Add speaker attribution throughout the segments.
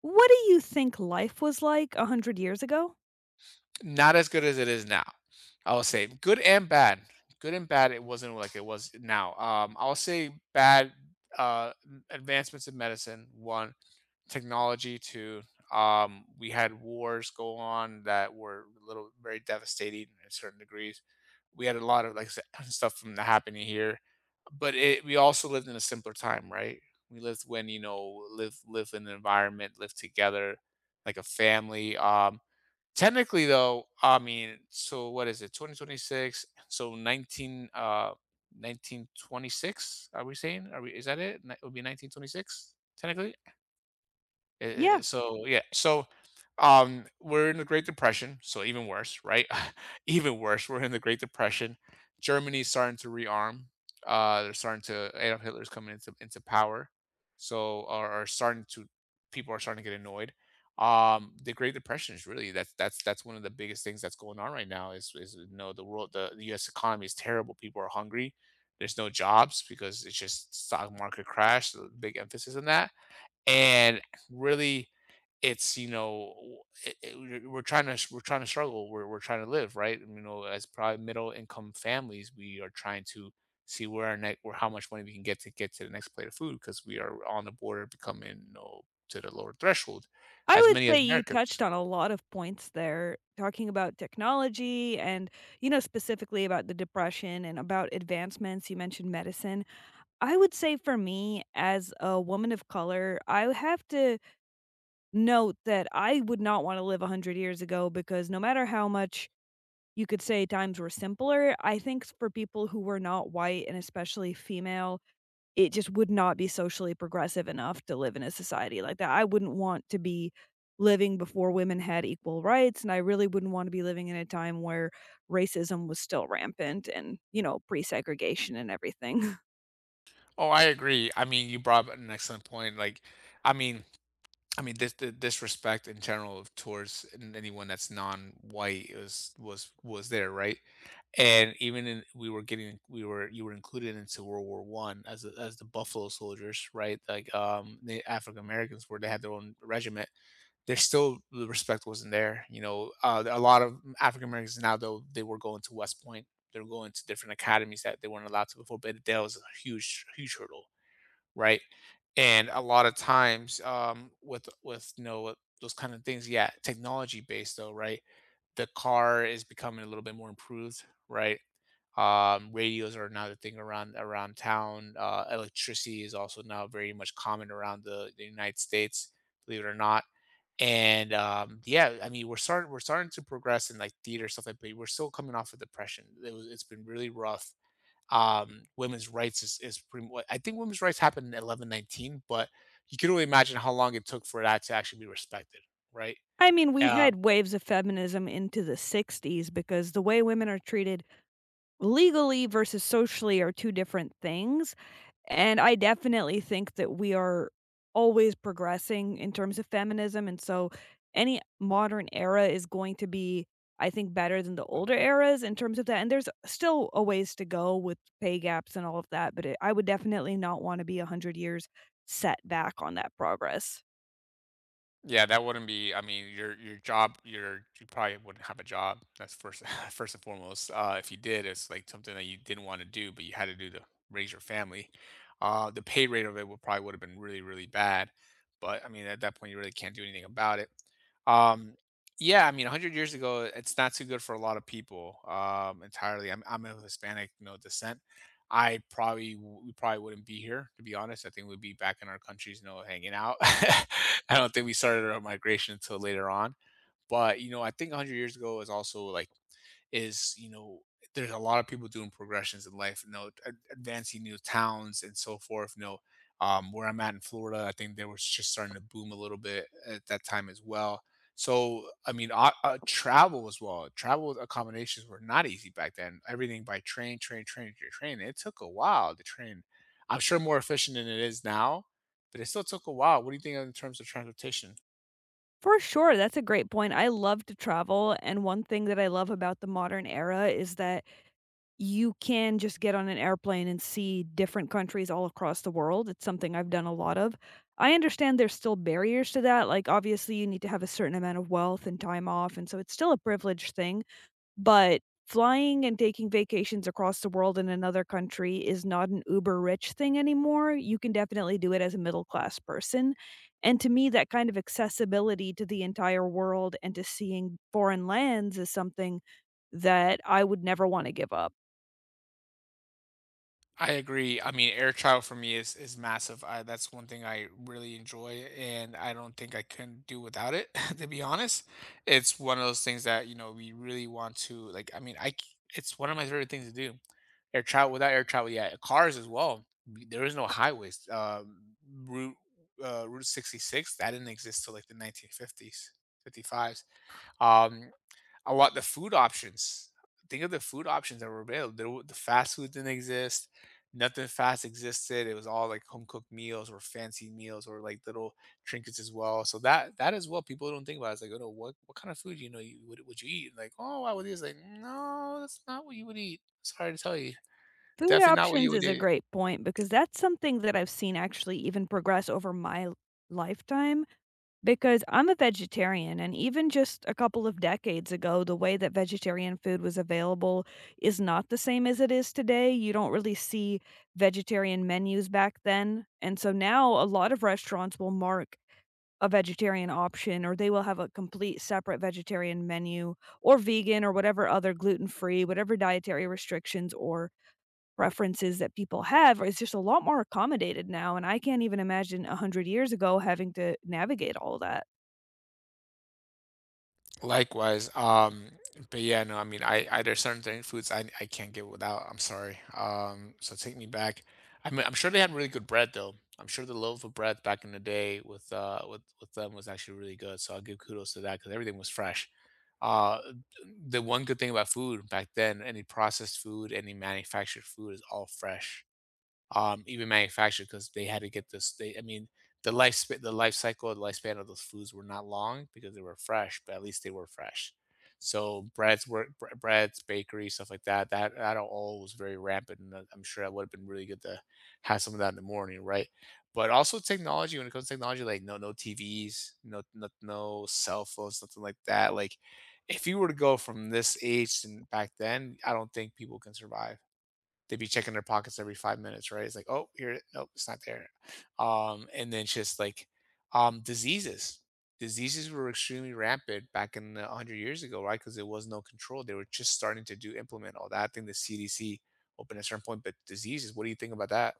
Speaker 1: What do you think life was like 100 years ago?
Speaker 2: Not as good as it is now. I will say good and bad. Good and bad, it wasn't like it was now. I'll say bad uh, advancements in medicine, one, technology, two, we had wars go on that were a little very devastating in certain degrees. We had a lot of stuff from the happening here, but it, we also lived in a simpler time, right? We lived when you know live live in an environment, live together like a family. Technically, though, I mean, so what is it? 2026. 1926. Are we saying? Are we? Is that it? It would be 1926 technically. Eh
Speaker 1: Yeah,
Speaker 2: so yeah, so, we're in the Great Depression, so even worse, right? Even worse, we're in the Great Depression. Germany's starting to rearm. They're starting to Adolf Hitler's coming into power, so are starting to people are starting to get annoyed. The Great Depression is really that's one of the biggest things that's going on right now is the world the US economy is terrible. People are hungry. There's no jobs because it's just stock market crash, so big emphasis on that and really it's you know it- it- we're trying to struggle we're trying to live right. And, you know, as probably middle income families, we are trying to see where our next where how much money we can get to the next plate of food, because we are on the border of becoming, you know, to the lower threshold
Speaker 1: I
Speaker 2: as
Speaker 1: would
Speaker 2: many as
Speaker 1: say you touched
Speaker 2: americans.
Speaker 1: on a lot of points there, talking about technology and, you know, specifically about the depression and about advancements. You mentioned medicine. I would say for me, as a woman of color, I have to note that I would not want to live 100 years ago because no matter how much you could say times were simpler, I think for people who were not white and especially female, it just would not be socially progressive enough to live in a society like that. I wouldn't want to be living before women had equal rights, and I really wouldn't want to be living in a time where racism was still rampant and, you know, pre-segregation and everything.
Speaker 2: Oh, I agree. I mean, you brought up an excellent point. I mean, this the disrespect in general of towards anyone that's non-white was there, right? And even in we were getting we were you were included into World War One as the Buffalo Soldiers, right? The African Americans were they had their own regiment. There's still the respect wasn't there, you know. A lot of African Americans now, though, they were going to West Point. They're going to different academies that they weren't allowed to before, but that was a huge, huge hurdle, right? And a lot of times, you know, those kind of things, yeah, technology based though, right? The car is becoming a little bit more improved, right? Radios are another thing around town. Electricity is also now very much common around the United States, believe it or not. And Yeah, I mean, we're starting to progress in like theater stuff like, but we're still coming off of depression. It's been really rough. Women's rights is pretty. I think women's rights happened in 1119, but you can only imagine how long it took for that to actually be respected, right?
Speaker 1: I mean, we
Speaker 2: Um,
Speaker 1: had waves of feminism into the '60s because the way women are treated legally versus socially are two different things, and I definitely think that we are always progressing in terms of feminism, and so any modern era is going to be, I think, better than the older eras in terms of that, and there's still a ways to go with pay gaps and all of that, but it I would definitely not wanna be 100 years set back on that progress.
Speaker 2: Yeah, that wouldn't be. I mean, your job, you probably wouldn't have a job. That's first first and foremost. If you did, it's like something that you didn't want to do, but you had to do to raise your family. The pay rate of it would probably would have been really, really bad. But I mean, at that point, you really can't do anything about it. Um, yeah, I mean, 100 years ago, it's not too good for a lot of people entirely. I'm of Hispanic, you know, descent. I probably we probably wouldn't be here, to be honest. I think we'd be back in our countries, you know, hanging out. I don't think we started our migration until later on. But you know, I think 100 years ago is also like is you know there's a lot of people doing progressions in life, you know, advancing new towns and so forth, you know. Where I'm at in Florida, I think they were just starting to boom a little bit at that time as well. So I mean, travel as well, travel accommodations were not easy back then, everything by train. It took a while to train. I'm sure more efficient than it is now, but it still took a while. What do you think in terms of transportation?
Speaker 1: For sure, that's a great point. I love to travel, and one thing that I love about the modern era is that you can just get on an airplane and see different countries all across the world. It's something I've done a lot of. I understand there's still barriers to that. Like, obviously, you need to have a certain amount of wealth and time off. And so it's still a privileged thing. But flying and taking vacations across the world in another country is not an uber rich thing anymore. You can definitely do it as a middle class person. And to me, that kind of accessibility to the entire world and to seeing foreign lands is something that I would never want to give up.
Speaker 2: I agree. I mean, air travel for me is massive. I That's one thing I really enjoy, and I don't think I can do without it, to be honest. It's one of those things that, you know, we really want to it's one of my favorite things to do. Air travel Without air travel, yeah, cars as well. There is no highways. Route 66 that didn't exist till like the 1950s, 55s. Um I want the food options. Think of the food options that were available. The fast food didn't exist. Nothing fast existed. It was all like home cooked meals or fancy meals or like little trinkets as well. So that is what people don't think about. It's like, oh no, what kind of food, you know, you would you eat? Like, oh, I would eat. It's like, no, that's not what you would eat. Sorry to tell you,
Speaker 1: Food
Speaker 2: definitely not what you
Speaker 1: options
Speaker 2: would
Speaker 1: is a
Speaker 2: eat.
Speaker 1: great point because that's something that I've seen actually even progress over my lifetime because I'm a vegetarian, and even just a couple of decades ago the way that vegetarian food was available is not the same as it is today. You don't really see vegetarian menus back then. And so now a lot of restaurants will mark a vegetarian option, or they will have a complete separate vegetarian menu or vegan or whatever other gluten-free, whatever dietary restrictions or preferences that people have is just a lot more accommodated now, and I can't even imagine 100 years ago having to navigate all that.
Speaker 2: Likewise. But yeah, no, I mean, I there's certain foods I can't get without. I'm sorry. So take me back. I mean, I'm sure they had really good bread though. I'm sure the loaf of bread back in the day with them was actually really good. So I'll give kudos to that because everything was fresh. Uh, the one good thing about food back then, any processed food, any manufactured food is all fresh, even manufactured, because they had to get this. I mean, the life cycle, the lifespan of those foods were not long because they were fresh, but at least they were fresh. So breads were breads, bakery, stuff like that. That all was very rampant, and I'm sure that would have been really good to have some of that in the morning, right? But also technology. When it comes to technology, like no TVs, no cell phones, nothing like that. Like if you were to go from this age and back then, I don't think people can survive. They'd be checking their pockets every 5 minutes, right? It's like, oh, here, nope, it's not there. And then just like diseases. Diseases were extremely rampant back in the 100 years ago, right? Because there was no control. They were just starting to do implement all that. I think the CDC opened at a certain point, but diseases, what do you think about that?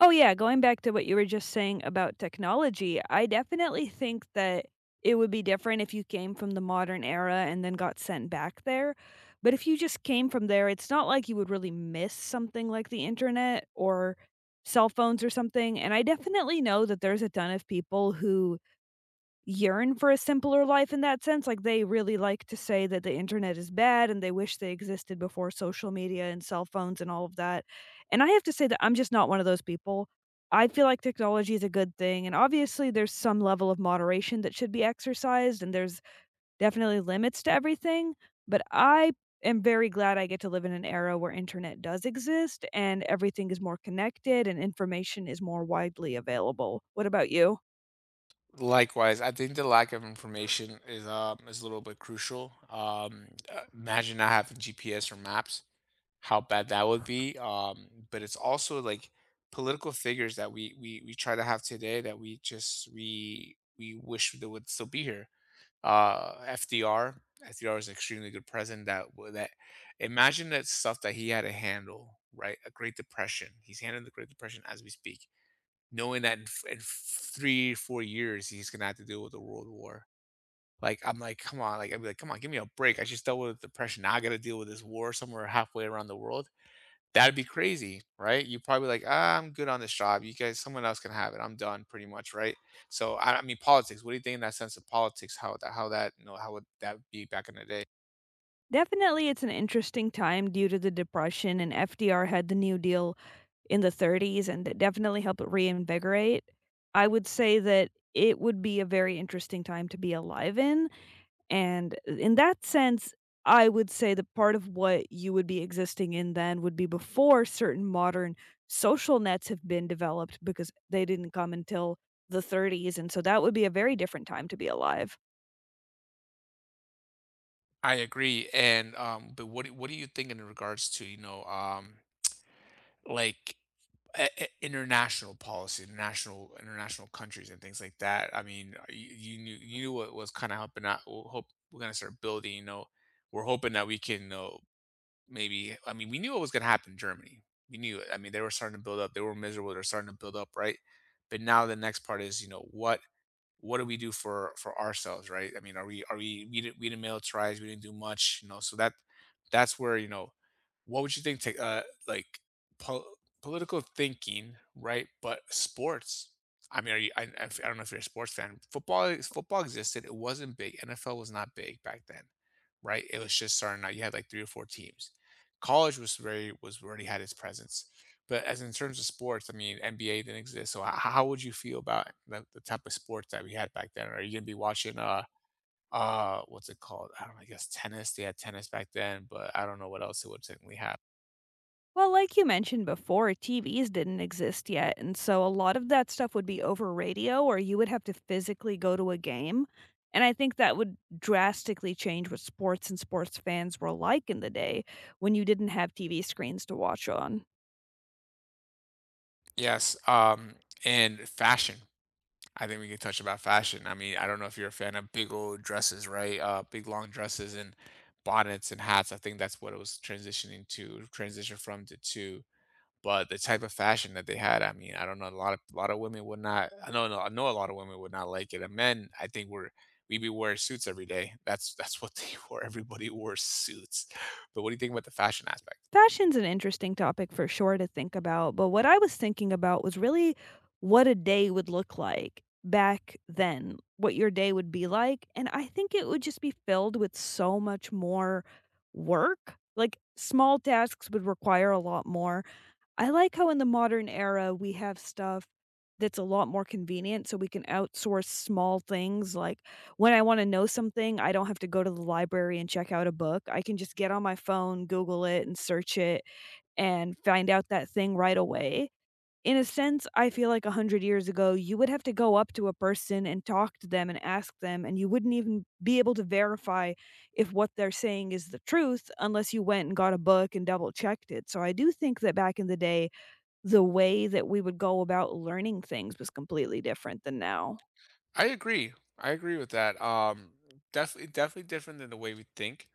Speaker 1: Oh, yeah, going back to what you were just saying about technology, I definitely think that it would be different if you came from the modern era and then got sent back there, but if you just came from there, it's not like you would really miss something like the internet or cell phones or something, and I definitely know that there's a ton of people who yearn for a simpler life in that sense, like, they really like to say that the internet is bad and they wish they existed before social media and cell phones and all of that, and I have to say that I'm just not one of those people. I feel like technology is a good thing, and obviously there's some level of moderation that should be exercised, and there's definitely limits to everything, but I am very glad I get to live in an era where internet does exist and everything is more connected and information is more widely available. What about you?
Speaker 2: Likewise, I think the lack of information is a little bit crucial. Imagine not having GPS or maps, how bad that would be. But it's also like political figures that we try to have today that we just we wish they would still be here. Uh, FDR, FDR is an extremely good president. That w- that imagine that stuff that he had to handle, right? A Great Depression. He's handling the Great Depression as we speak, knowing that in 3 4 years he's gonna have to deal with a world war. Like I'm like, come on, like I'd be like, come on, give me a break. I just dealt with the depression. Now I got to deal with this war somewhere halfway around the world. That'd be crazy, right? You probably like, "Ah, I'm good on this job. You guys, someone else can have it. I'm done," pretty much, right? So, I mean, politics, what do you think in that sense of politics, how that, you know, how would that be back in the day?
Speaker 1: Definitely, it's an interesting time due to the Depression, and FDR had the New Deal in the '30s, and that definitely helped reinvigorate. I would say that it would be a very interesting time to be alive in, and in that sense, I would say the part of what you would be existing in then would be before certain modern social nets have been developed because they didn't come until the '30s, and so that would be a very different time to be alive.
Speaker 2: I agree, and, but what do you think in regards to, you know, like, I international policy, national international countries and things like that? I mean, you you knew what was kinda helping out hope we're gonna start building, you know, we're hoping that we can, maybe. I mean, we knew what was gonna happen in Germany. We knew it. I mean, they were starting to build up. They were miserable. They're starting to build up, right? But now the next part is, what do we do for ourselves, right? I mean, are we we didn't militarize. We didn't do much, so that's where, what would you think? Take like, pol- political thinking, right? But sports, I mean, are you I don't know if you're a sports fan. Football existed, it wasn't big. NFL was not big back then, right? It was just starting out, you had like three or four teams. College was already had its presence. But as in terms of sports, I mean, NBA didn't exist. So how would you feel about the type of sports that we had back then? Are you gonna be watching what's it called? I don't know, I guess tennis. They had tennis back then, but I don't know what else it would technically have.
Speaker 1: Well, like you mentioned before, TVs didn't exist yet, and so a lot of that stuff would be over radio, or you would have to physically go to a game, and I think that would drastically change what sports and sports fans were like in the day when you didn't have TV screens to watch on.
Speaker 2: Yes. And fashion. I think we can touch about fashion. I mean, I don't know if you're a fan of big old dresses, right? Big long dresses and bonnets and hats. I think that's what it was transitioning to, transition from, to. But the type of fashion that they had, I mean, I don't know, a lot of women would not, I know a lot of women would not like it. And men, I think we be wearing suits every day. That's what they wore, everybody wore suits. But what do you think about the fashion aspect?
Speaker 1: Fashion's an interesting topic for sure to think about, but what I was thinking about was really what a day would look like back then, what your day would be like, and I think it would just be filled with so much more work. Like, small tasks would require a lot more. I like how in the modern era we have stuff that's a lot more convenient so we can outsource small things, like, when I wanna know something, I don't have to go to the library and check out a book, I can just get on my phone, Google it, and search it, and find out that thing right away. In a sense, I feel like 100 years ago, you would have to go up to a person and talk to them and ask them, and you wouldn't even be able to verify if what they're saying is the truth unless you went and got a book and double checked it, so I do think that back in the day the way that we would go about learning things was completely different than now.
Speaker 2: I agree. I agree with that. Definitely, definitely different than the way we think.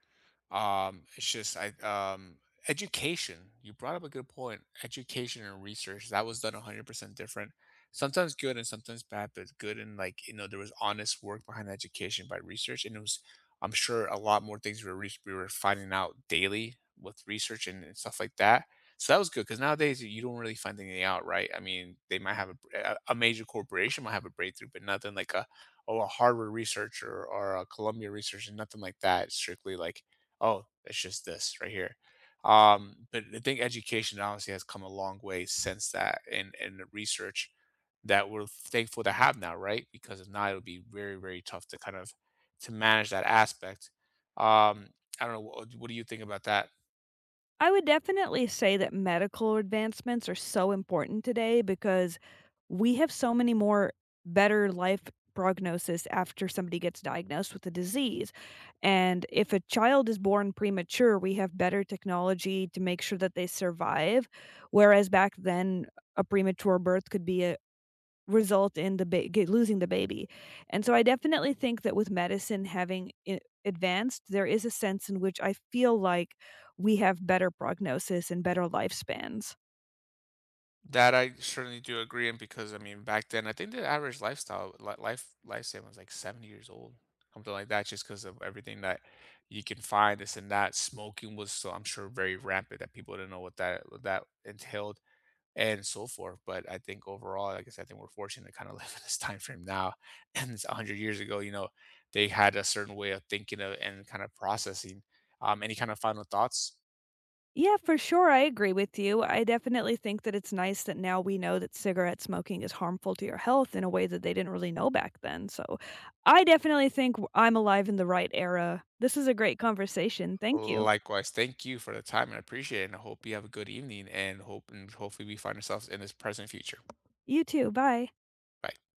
Speaker 2: It's just I education. You brought up a good point. Education and research that was done 100% different. Sometimes good and sometimes bad, but good. And like, there was honest work behind education by research, and it was, I'm sure, a lot more things we were we were finding out daily with research and stuff like that. So that was good, because nowadays you don't really find anything out, right? I mean, they might have a, br- a major corporation might have a breakthrough, but nothing like a Harvard researcher or a Columbia researcher, nothing like that. It's strictly like, oh, it's just this right here. But I think education honestly has come a long way since that, and the research that we're thankful to have now, right? Because if not, it'll be very, very tough to kind of to manage that aspect. Um, I don't know. What do you think about that?
Speaker 1: I would definitely say that medical advancements are so important today because we have so many more better life prognosis after somebody gets diagnosed with a disease. And if a child is born premature, we have better technology to make sure that they survive, whereas back then, a premature birth could be a result in the ba get losing the baby, and so I definitely think that with medicine having I advanced, there is a sense in which I feel like we have better prognosis and better lifespans.
Speaker 2: That I certainly do agree in, because I mean back then I think the average lifestyle li- life lifespan was like 70 years old, something like that. Just because of everything that you can find, this and that. Smoking was, so I'm sure, very rampant that people didn't know what that entailed and so forth. But I think overall, like I said, I think we're fortunate to kind of live in this time frame now and it's 100 years ago, you know, they had a certain way of thinking of, and kind of processing. Any kind of final thoughts?
Speaker 1: Yeah, for sure, I agree with you. I definitely think that it's nice that now we know that cigarette smoking is harmful to your health in a way that they didn't really know back then, so I definitely think w I'm alive in the right era. This is a great conversation, thank you.
Speaker 2: Likewise, thank you for the time and appreciate it. And I hope you have a good evening, and hopefully we find ourselves in this present future.
Speaker 1: You too, bye.
Speaker 2: Bye.